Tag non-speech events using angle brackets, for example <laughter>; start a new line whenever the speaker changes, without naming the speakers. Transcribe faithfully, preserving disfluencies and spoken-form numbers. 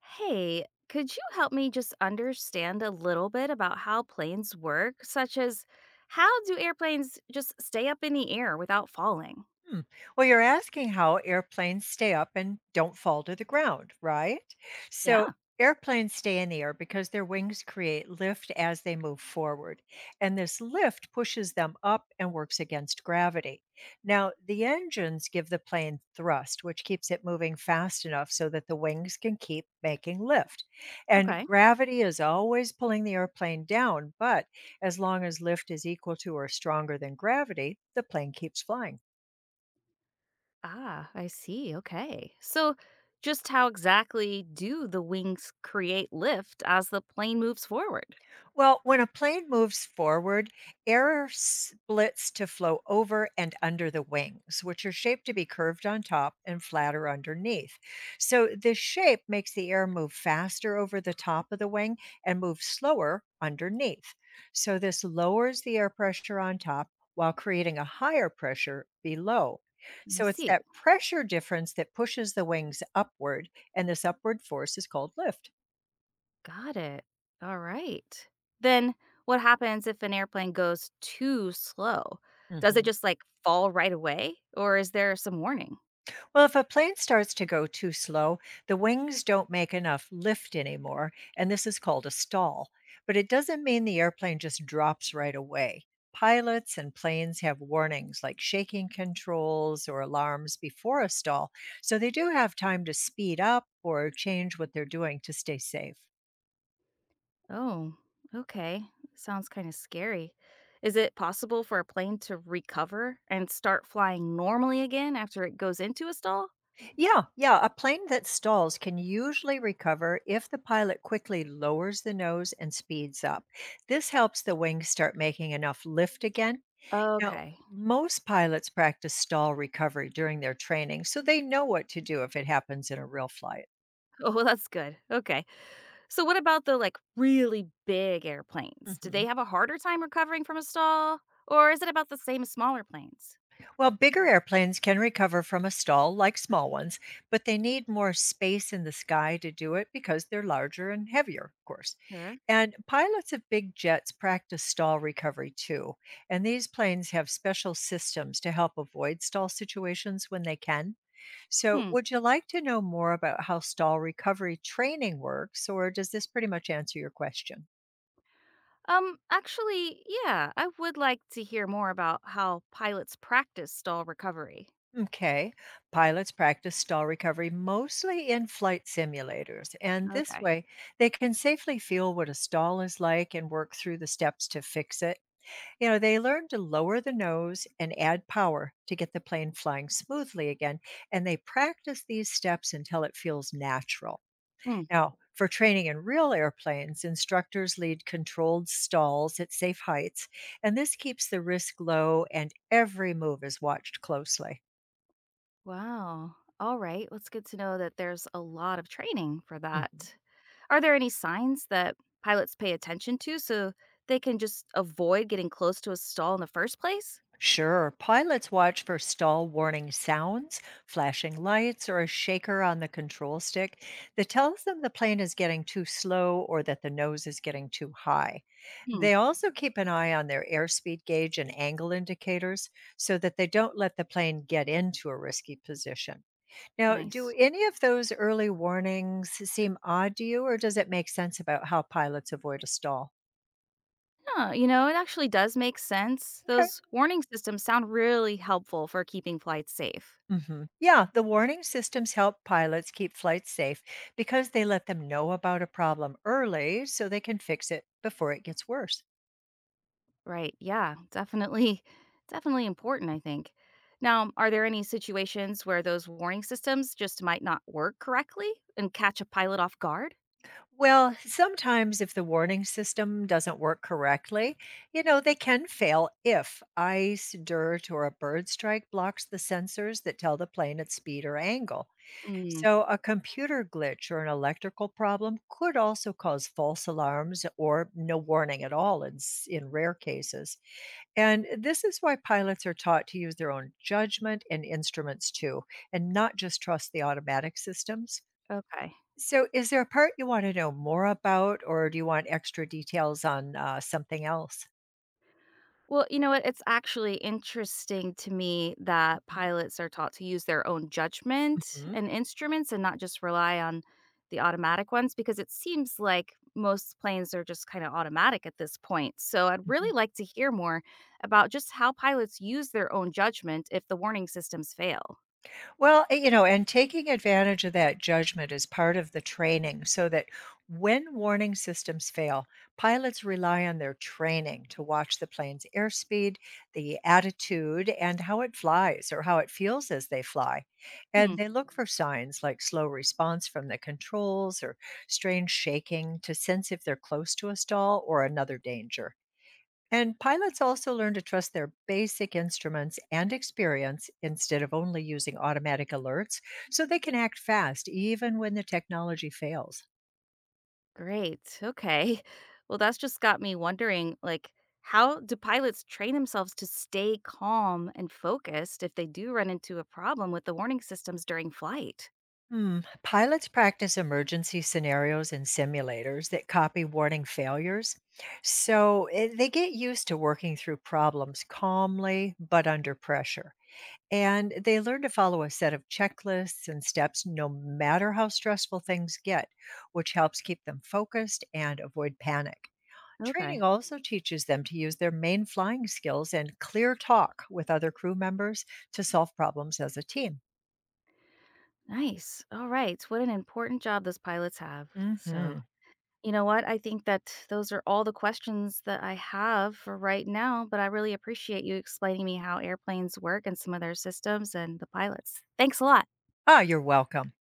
Hey, could you help me just understand a little bit about how planes work, such as how do airplanes just stay up in the air without falling?
Hmm. Well, you're asking how airplanes stay up and don't fall to the ground, right?
Yeah.
So, airplanes stay in the air because their wings create lift as they move forward. And this lift pushes them up and works against gravity. Now, the engines give the plane thrust, which keeps it moving fast enough so that the wings can keep making lift. And
Okay.
gravity is always pulling the airplane down, but as long as lift is equal to or stronger than gravity, the plane keeps flying.
Ah, I see. Okay. So, just how exactly do the wings create lift as the plane moves forward?
Well, when a plane moves forward, air splits to flow over and under the wings, which are shaped to be curved on top and flatter underneath. So, this shape makes the air move faster over the top of the wing and move slower underneath. So, this lowers the air pressure on top while creating a higher pressure below.
I
So, it's
see.
that pressure difference that pushes the wings upward, and this upward force is called lift.
Got it. All right. Then, what happens if an airplane goes too slow? Does it
Mhm.
just like fall right away, or is there some warning?
Well, if a plane starts to go too slow, the wings don't make enough lift anymore, and this is called a stall. But it doesn't mean the airplane just drops right away. Pilots and planes have warnings like shaking controls or alarms before a stall, so they do have time to speed up or change what they're doing to stay safe.
Oh, okay. Sounds kind of scary. Is it possible for a plane to recover and start flying normally again after it goes into a stall?
Yeah, yeah, a plane that stalls can usually recover if the pilot quickly lowers the nose and speeds up. This helps the wings start making enough lift again. Now,
Okay.
most pilots practice stall recovery during their training, so they know what to do if it happens in a real flight.
Oh, well, that's good. Okay. So, what about the like really big airplanes? Do
hmm
they have a harder time recovering from a stall, or is it about the same as smaller planes?
Well, bigger airplanes can recover from a stall like small ones, but they need more space in the sky to do it because they're larger and heavier, of course.
Sure.
And pilots of big jets practice stall recovery too. And these planes have special systems to help avoid stall situations when they can. So,
Hmm.
would you like to know more about how stall recovery training works, or does this pretty much answer your question?
Um, actually, yeah, I would like to hear more about how pilots practice stall recovery.
Okay. Pilots practice stall recovery mostly in flight simulators, and this
Okay.
way they can safely feel what a stall is like and work through the steps to fix it. You know, they learn to lower the nose and add power to get the plane flying smoothly again, and they practice these steps until it feels natural.
Hmm.
Now, for training in real airplanes, instructors lead controlled stalls at safe heights, and this keeps the risk low and every move is watched closely.
Wow. All right. Well, it's good to know that there's a lot of training for that.
Mhm.
Are there any signs that pilots pay attention to so they can just avoid getting close to a stall in the first place?
Sure, pilots watch for stall warning sounds, flashing lights, or a shaker on the control stick that tells them the plane is getting too slow or that the nose is getting too high.
Hmm.
They also keep an eye on their airspeed gauge and angle indicators so that they don't let the plane get into a risky position. Now, do
Nice.
any of those early warnings seem odd to you, or does it make sense about how pilots avoid a stall?
Yeah, you know, it actually does make sense.
Okay.
Those warning systems sound really helpful for keeping flights safe.
hmm Yeah, the warning systems help pilots keep flights safe because they let them know about a problem early so they can fix it before it gets worse.
Right. Yeah. Definitely, <laughs> definitely important, I think. Now, are there any situations where those warning systems just might not work correctly and catch a pilot off guard?
Well, sometimes if the warning system doesn't work correctly, you know, they can fail if ice, dirt, or a bird strike blocks the sensors that tell the plane its speed or angle. So, a computer glitch or an electrical problem could also cause false alarms or no warning at all in, s- in rare cases. And this is why pilots are taught to use their own judgment and instruments too, and not just trust the automatic systems.
Okay.
So, is there a part you want to know more about, or do you want extra details on uh, something else?
Well, you know what? It's actually interesting to me that pilots are taught to use their own judgment
Mhm.
and instruments and not just rely on the automatic ones because it seems like most planes are just kind of automatic at this point. So I'd really
Mhm.
like to hear more about just how pilots use their own judgment if the warning systems fail.
Well, eh, you know, and taking advantage of that judgment is part of the training so that when warning systems fail, pilots rely on their training to watch the plane's airspeed, the attitude, and how it flies or how it feels as they fly. And they look for signs like slow response from the controls or strange shaking to sense if they're close to a stall or another danger. And pilots also learn to trust their basic instruments and experience instead of only using automatic alerts so they can act fast even when the technology fails.
Great. Okay. <laughs> Well, that's just got me wondering like how do pilots train themselves to stay calm and focused if they do run into a problem with the warning systems during flight?
Hmm. Pilots practice emergency scenarios in simulators that copy warning failures. So eh, they get used to working through problems calmly but under pressure. And they learn to follow a set of checklists and steps no matter how stressful things get, which helps keep them focused and avoid panic. Training
Okay.
also teaches them to use their main flying skills and clear talk with other crew members to solve problems as a team.
Nice. All right. What an important job those pilots have. So,
hmm
you know what? I think that those are all the questions that I have for right now, but I really appreciate you explaining me how airplanes work and some of their systems and the pilots. Thanks a lot.
Ah, you're welcome.